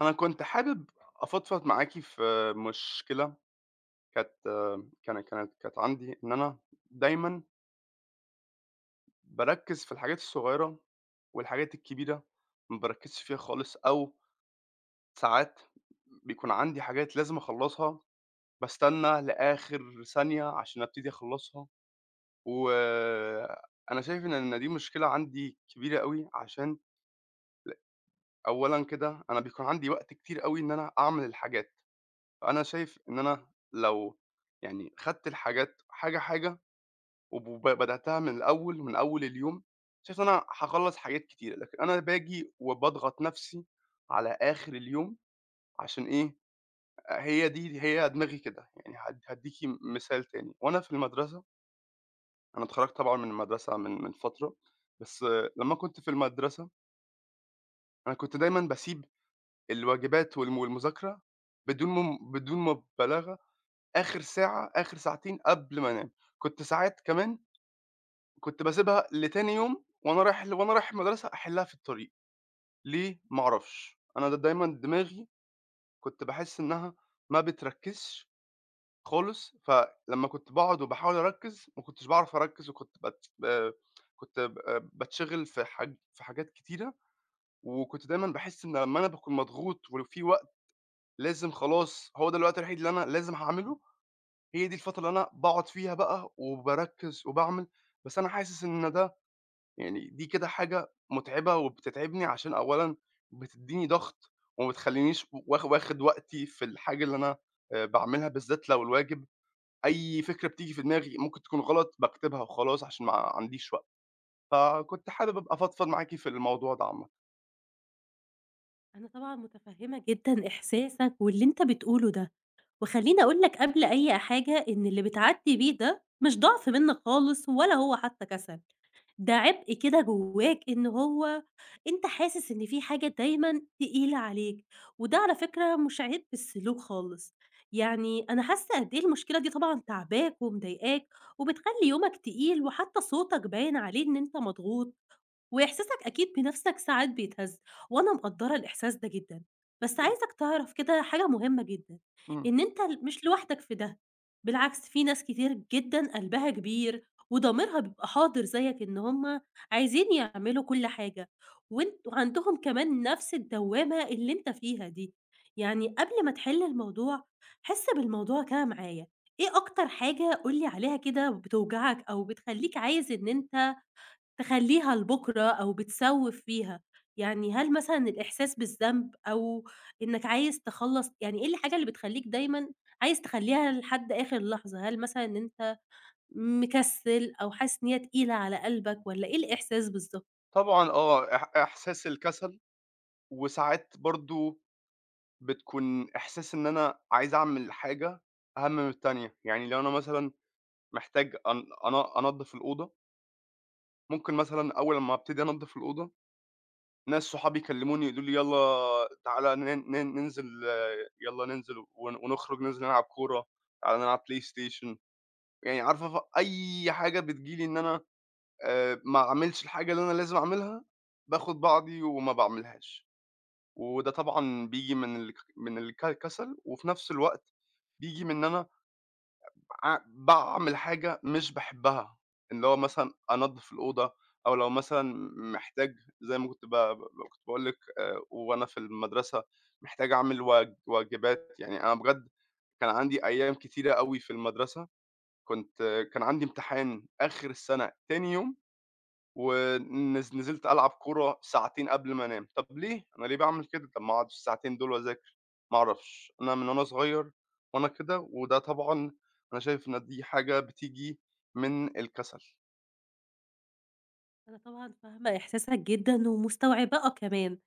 أنا كنت حابب أفضفض معاكِ في مشكلة كانت كان كانت كانت عندي، إن أنا دايمًا باركّز في الحاجات الصغيرة والحاجات الكبيرة ما باركّزش فيها خالص، أو ساعات بيكون عندي حاجات لازم أخلّصها باستنى لآخر ثانية عشان أبتدي أخلّصها، وأنا شايف إن دي مشكلة عندي كبيرة أوي، عشان أولًا كده أنا بيكون عندي وقت كتير أوي إن أنا أعمل الحاجات. فأنا شايف إن أنا لو يعني خدت الحاجات حاجة، حاجة بدأتها من الأول، من أول اليوم، شايف إن أنا هاخلّص حاجات كتيرة، لكن أنا باجي وباضغط نفسي على آخر اليوم عشان إيه، هي دي دماغي كده. يعني هادّيكِ مثال تاني، وأنا في المدرسة أنا اتخرّجت طبعًا من المدرسة من فترة، بس لمّا كنت في المدرسة، أنا كنت دايمًا باسيب الواجبات والمذاكرة بدون مبالغة آخر ساعة، آخر ساعتين قبل ما أنام. كنت ساعات كمان كنت باسيبها لتاني يوم وأنا رايح المدرسة أحلّها في الطريق، ليه؟ ما أعرفش. أنا دايمًا دماغي كنت باحس إنها ما بتركّزش خالص، فلمّا كنت باقعد وباحاول أركّز، ما كنتش باعرف أركّز وكنت بت ب كنت ب باتشغل في حاجات كتيرة، وكنت دايمًا باحس إن لمّا أنا باكون مضغوط ولو في وقت لازم خلاص هو ده الوقت الوحيد اللي أنا لازم هاعمله، هي دي الفترة اللي أنا باقعد فيها بقى وباركّز وباعمل، بس أنا حاسس إن ده يعني دي كده حاجة مُتعبة وبتتعبني عشان أولًا بتدّيني ضغط وما بتخلّينيش واخد وقتي في الحاجة اللي أنا باعملها بالذات لو الواجب، أي فكرة بتيجي في دماغي ممكن تكون غلط باكتبها وخلاص عشان ما عنديش وقت، فكنت حابب أبقى أفضفض معاكِ في الموضوع ده عامةً. أنا طبعًا متفهمة جدًا إحساسك واللي أنت بتقوله ده، وخلّيني أقول لك قبل أي حاجة إن اللي بتعدّي بيه ده مش ضعف منك خالص ولا هو حتى كسل. ده عبء كده جواك، إن هو أنت حاسس إن في حاجة دايمًا تقيلة عليك، وده على فكرة مش عيب في السلوك خالص. يعني أنا حاسة قد إيه المشكلة دي طبعًا تاعباك ومضايقاك، وبتخلّي يومك تقيل، وحتى صوتك باين عليه إن أنت مضغوط. وإحساسك أكيد بنَفْسك ساعات بيتهز، وأنا مقدّرة الإحساس ده جدًا. بس عايزاك تعرف كده حاجة مهمة جدًا، إمم. إن أنت مش لوحدك في ده. بالعكس، في ناس كتير جدًا قلبها كبير وضميرها بيبقى حاضر زيّك، إن هم عايزين يعملوا كل حاجة، وأنت وعندهم كمان نَفْس الدوّامة اللي أنت فيها دي. يعني قبل ما تحِل الموضوع، حِس بالموضوع كده معايا. إيه أكتر حاجة قُل لي عليها كده بتوجعك، أو بتخلّيك عايز إن أنت تخلّيها لبُكرة، أو بتسوّف فيها؟ يعني هل مثلًا الإحساس بالذنب، أو إنّك عايز تخلّص، يعني إيه الحاجة اللي بتخلّيك دايمًا عايز تخلّيها لحد آخر لحظة؟ هل مثلًا إن أنت مكسّل، أو حاسس إن هي تقيلة على قلبك، والّا إيه الإحساس بالضبط؟ طبعًا آه، إحساس الكسل وساعات برضه بتكون إحساس إن أنا عايز أعمل حاجة أهم من التانية، يعني لو أنا مثلًا محتاج أن أنا أنضّف الأوضة، ممكن مثلًا أول أمّا أبتدي أنضّف الأوضة، ناس صحابي يكلموني يقولوا لي: "يالّا تعالَ ن ن ننزل يالّا ننزل ونخرج ننزل نلعب كورة، تعالَ نلعب بلاي ستيشن." يعني عارفة أي حاجة بتيجي لي إن أنا ما أعملش الحاجة اللي أنا لازم أعملها، باخد بعضي وما باعملهاش. وده طبعًا بييجي من كسل، وفي نفس الوقت بييجي من إن أنا باعمل حاجة مش باحبها، اللي هو مثلًا أنضف الأوضة، أو لو مثلًا محتاج زي ما كنت ب ب كنت باقول لِك وأنا في المدرسة محتاج أعمل واجبات، يعني أنا بجد كان عندي أيام كتيرة أوي في المدرسة كنت كان عندي امتحان آخر السنة تاني يوم نزلت ألعب كورة ساعتين قبل ما أنام، طب ليه؟ أنا ليه باعمل كده؟ طب ما أقعد الساعتين دول وأذاكر، ما أعرفش، أنا من وأنا صغير وأنا كده، وده طبعًا أنا شايف إن دي حاجة بتيجي من الكسل، أنا طبعًا فاهمة إحساسك جدًا ومستوعباه كمان.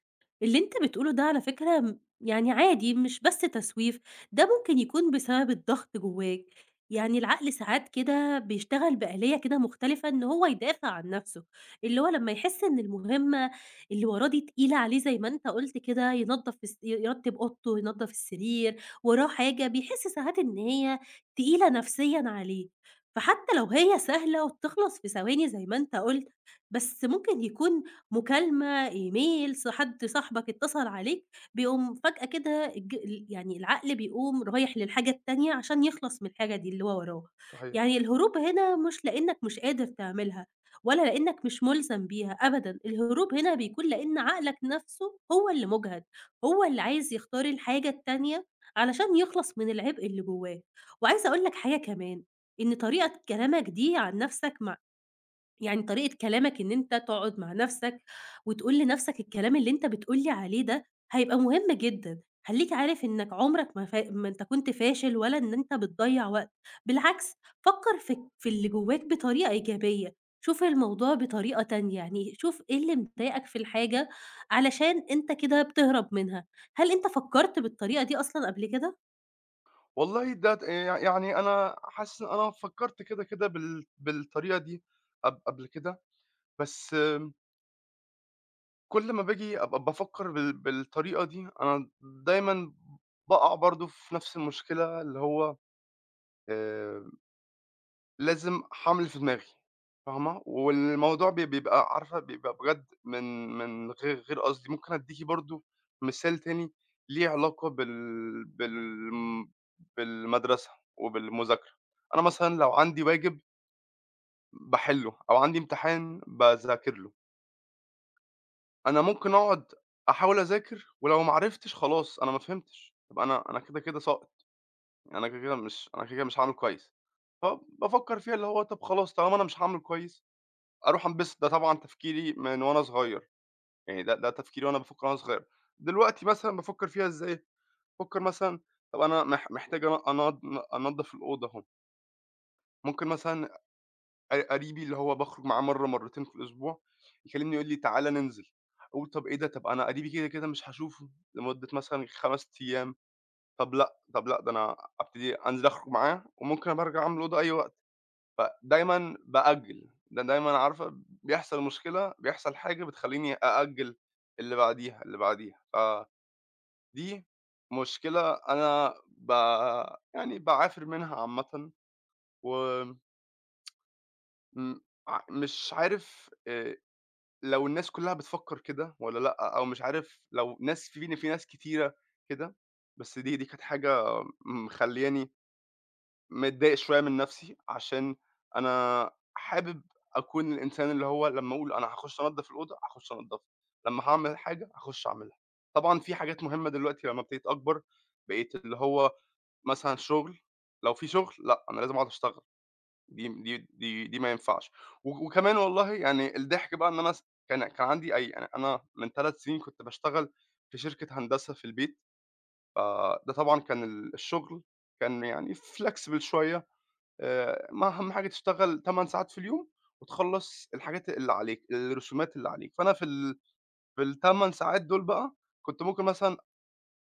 اللي أنت بتقوله ده على فكرة يعني عادي، مش بس تسويف، ده ممكن يكون بسبب الضغط جواك. يعني العقل ساعات كده بيشتغل بآلية كده مختلفة، إن هو يدافع عن نَفْسه، اللي هو لمّا يحس إن المهمة اللي وراه دي تقيلة عليه، زي ما أنت قُلت كده ينضّف الس ي يرتّب أوضته، ينضّف السرير، وراه حاجة، بيحس ساعات إن هي تقيلة نفسيًا عليه. فحتى لو هي سهلة وبتخلص في ثواني زي ما أنت قُلت، بس ممكن يكون مكالمة، إيميل، حد صاحبك اتصل عليك، بيقوم فجأة كده الج ال يعني العقل بيقوم رايح للحاجة التانية عشان يخلص من الحاجة دي اللي هو وراها. صحيح. يعني الهروب هنا مش لإنك مش قادر تعملها، ولا لإنك مش ملزم بيها أبدًا، الهروب هنا بيكون لإن عقلك نفسه هو اللي مُجهد، هو اللي عايز يختار الحاجة التانية علشان يخلص من العبء اللي جواه. وعايزة أقول لك حاجة كمان، إن طريقة كلامك دي عن نفسك، مع، يعني طريقة كلامك إن أنت تقعد مع نفسك وتقول لنفسك الكلام اللي أنت بتقول لي عليه ده هيبقى مهم جدًا. خلّيك عارف إنك عمرك ما أنت كنت فاشل، ولا إن أنت بتضيّع وقت. بالعكس، فكّر في اللي جواك بطريقة إيجابية، شوف الموضوع بطريقة تانية، يعني شوف إيه اللي مضايقك في الحاجة علشان أنت كده بتهرب منها. هل أنت فكّرت بالطريقة دي أصلًا قبل كده؟ والله ده ت يع يعني أنا حاسس إن أنا فكّرت كده، كده بالطريقة دي قبل كده، بس كل ما باجي أبقى بافكّر بالطريقة دي، أنا دايمًا باقع برضه في نفس المشكلة اللي هو آآ لازم حمل في دماغي، فاهمة؟ والموضوع بيبقى عارفة بيبقى بجد من غير قصدي، ممكن أدّيكِ برضه مثال تاني ليه علاقة بالمدرسة وبالمذاكرة، أنا مثلًا لو عندي واجب باحلّه أو عندي امتحان باذاكر له، أنا ممكن أقعد أحاول أذاكر ولو ما عرفتش خلاص أنا ما فهمتش، طب أنا كده، كده ساقط، يعني أنا كده، كده مش أنا كده، كده مش هاعمل كويس، فبافكّر فيها اللي هو طب خلاص طالما أنا مش هاعمل كويس أروح أنبسط، ده طبعًا تفكيري من وأنا صغير، يعني ده تفكيري وأنا بافكّر وأنا صغير. دلوقتي مثلًا بافكّر فيها إزاي، بافكّر مثلًا طَب أنا محتاج أن أنضّف الأوضة أهو، ممكن مثلًا قريبي اللي هو باخرج معاه مرّة، مرّتين في الأسبوع، يكلمني يقول لي تعالَ ننزل، أقول طَب إيه ده، طَب أنا قريبي كده، كده مش هاشوفه لمدة مثلًا 5 أيام، طَب لأ، طَب لأ، ده أنا أبتدي أنزل أخرج معاه وممكن أبقى أرجع أعمل الأوضة أي وقت. فدايمًا بأجّل، ده دايمًا عارفة بيحصل مشكلة، بيحصل حاجة بتخلّيني أأجّل اللي بعديها، اللي بعديها، فدي مشكلة أنا يعني باعافر منها عامةً، وآمم مش عارف لو الناس كلّها بتفكّر كده والّا لأ، أو مش عارف لو ناس في ناس كتيرة كده، بس دي كانت حاجة مخلّياني متضايق شوية من نفسي، عشان أنا حابب أكون الإنسان اللي هو لمّا أقول أنا هاخش أنضّف الأوضة، هاخش أنضّفها، لمّا هاعمل حاجة هاخش أعملها. طبعًا في حاجات مهمة دلوقتي لمّا ابتديت أكبر، بقيت اللي هو مثلًا شغل، لو في شغل لأ، أنا لازم أقعد أشتغل، دي ما ينفعش. وكمان والله يعني الضحك بقى إن أنا كان عندي يعني أنا من 3 سنين كنت باشتغل في شركة هندسة في البيت، فده طبعًا كان الشغل كان يعني flexible شوية. ما أهم حاجة تشتغل 8 ساعات في اليوم، وتخلّص الحاجات اللي عليك، الرسومات اللي عليك، فأنا في ال8 ساعات دول بقى، كنت ممكن مثلًا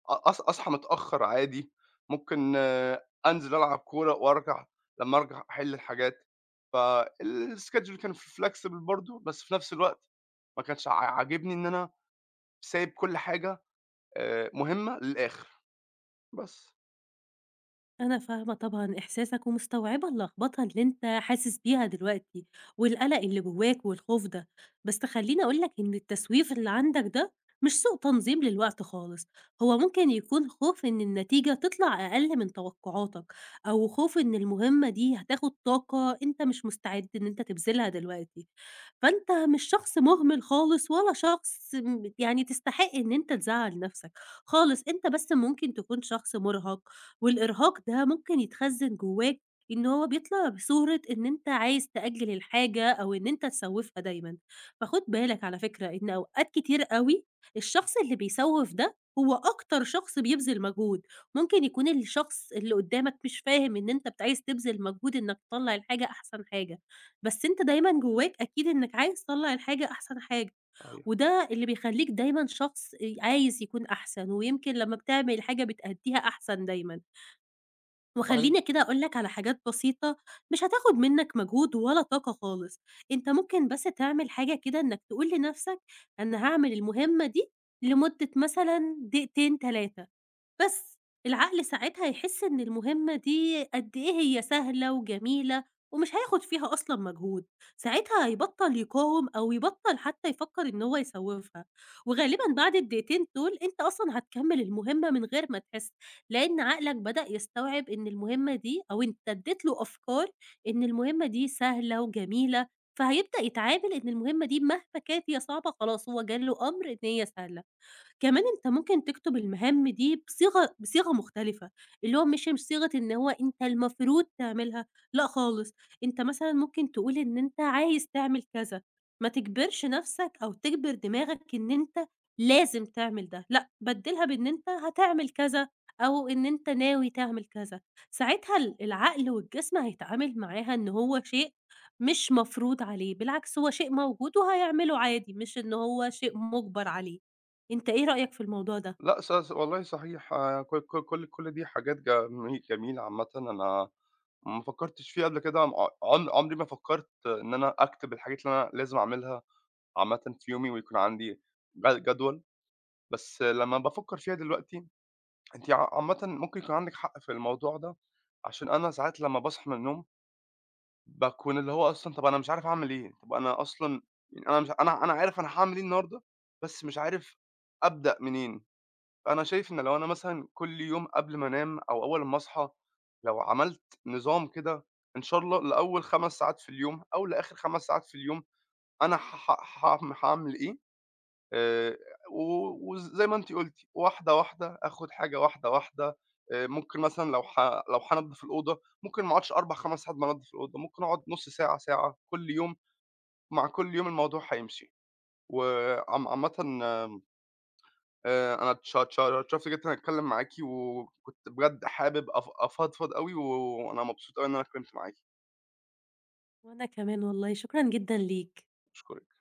أ أص أصحى متأخر عادي، ممكن آه، أنزل ألعب كورة وأرجع، لمّا أرجع أحل الحاجات، فالschedule كان flexible برضه، بس في نفس الوقت ما كانش عاجبني إن أنا سايب كل حاجة مهمة للآخر، بس. أنا فاهمة طبعًا إحساسك، ومستوعبة اللخبطة اللي أنت حاسس بيها دلوقتي، والقلق اللي جواك والخوف ده. بس خلّيني أقول لك إن التسويف اللي عندك ده مش سوء تنظيم للوقت خالص، هو ممكن يكون خوف إن النتيجة تطلع أقل من توقعاتك، أو خوف إن المهمة دي هتاخد طاقة أنت مش مستعد إن أنت تبذلها دلوقتي. فأنت مش شخص مهمل خالص، ولا شخص يعني تستحق إن أنت تزعّل نفسك خالص، أنت بس ممكن تكون شخص مُرهق، والإرهاق ده ممكن يتخزّن جوّاك، إن هو بيطلع بصورة إن أنت عايز تأجّل الحاجة، أو إن أنت تسوّفها دايمًا. فخُد بالك على فكرة إن أوقات كتير أوي الشخص اللي بيسوّف ده هو أكتر شخص بيبذل مجهود. ممكن يكون الشخص اللي قدّامك مش فاهم إن أنت عايز تبذل مجهود إنّك تطلّع الحاجة أحسن حاجة، بس أنت دايمًا جوّاك أكيد إنّك عايز تطلّع الحاجة أحسن حاجة. صحيح. وده اللي بيخلّيك دايمًا شخص عايز يكون أحسن، ويمكن لمّا بتعمل حاجة بتأدّيها أحسن دايمًا. صحيح. وخلّيني كده أقول لك على حاجات بسيطة مش هتاخد منّك مجهود ولا طاقة خالص. أنت ممكن بس تعمل حاجة كده، إنّك تقول لنَفْسك: أنا هاعمل المهمة دي لمدة مثلًا دقيقتين، 3. بس العقل ساعتها يحس إن المهمة دي قد إيه هي سهلة وجميلة، ومش هياخد فيها أصلًا مجهود، ساعتها هيبطّل يقاوم، أو يبطّل حتى يفكّر إن هو يسوّفها. وغالبًا بعد الدقيقتين دول أنت أصلًا هتكمّل المهمة من غير ما تحس، لإن عقلك بدأ يستوعب إن المهمة دي، أو أنت ادّيت له أفكار إن المهمة دي سهلة وجميلة، فهيبدأ يتعامل إن المهمة دي مهما كانت هي صعبة، خلاص هو جاله أمر إن هي سهلة. كمان أنت ممكن تكتب المهام دي بصيغة مختلفة، اللي هو مش صيغة إن هو أنت المفروض تعملها، لأ خالص. أنت مثلًا ممكن تقول إن أنت عايز تعمل كذا، ما تجبرش نفسك أو تجبر دماغك إن أنت لازم تعمل ده، لأ بدّلها بإن أنت هتعمل كذا، أو إن أنت ناوي تعمل كذا. ساعتها العقل والجسم هيتعامل معاها إن هو شيء مش مفروض عليه، بالعكس هو شيء موجود وهيعمله عادي، مش إن هو شيء مُجبر عليه. أنت إيه رأيك في الموضوع ده؟ لأ ص ص والله صحيح ك ك كل كل دي حاجات جميلة عامةً أنا ما فكّرتش فيها قبل كده، ع عم عمري ما فكّرت إن أنا أكتب الحاجات اللي أنا لازم أعملها عامةً في يومي ويكون عندي جدول، بس لمّا بافكّر فيها دلوقتي أنتِ عامةً ممكن يكون عندِك حق في الموضوع ده، عشان أنا ساعات لمّا باصحى من النوم باكون اللي هو أصلًا طَب أنا مش عارف أعمل إيه، طَب أنا أصلًا يعني أنا مش أنا عارف أنا هاعمل إيه النهارده، بس مش عارف أبدأ منين. أنا شايف إن لو أنا مثلًا كل يوم قبل ما أنام أو أول أمّا أصحى، لو عملت نظام كده إن شاء الله لأول 5 ساعات في اليوم أو لآخر 5 ساعات في اليوم، أنا ح ح هاعم هاعمل إيه آآ، و وزي ما أنتِ قُلتِ واحدة، واحدة، آخُد حاجة واحدة، واحدة، ممكن مثلًا لو هانضّف الأوضة، ممكن ما أقعدش 4، 5 ساعات بانضّف الأوضة، ممكن أقعد نُص ساعة، ساعة كل يوم، مع كل يوم الموضوع هيمشي. عامةً أنا اتشرفت جدًا إني أتكلم معاكِ، وكنت بجد حابب أفضفض أوي، وأنا مبسوط أوي إن أنا اتكلمت معاكِ، وأنا كمان والله، شكرًا جدًا ليك. باشكرِك.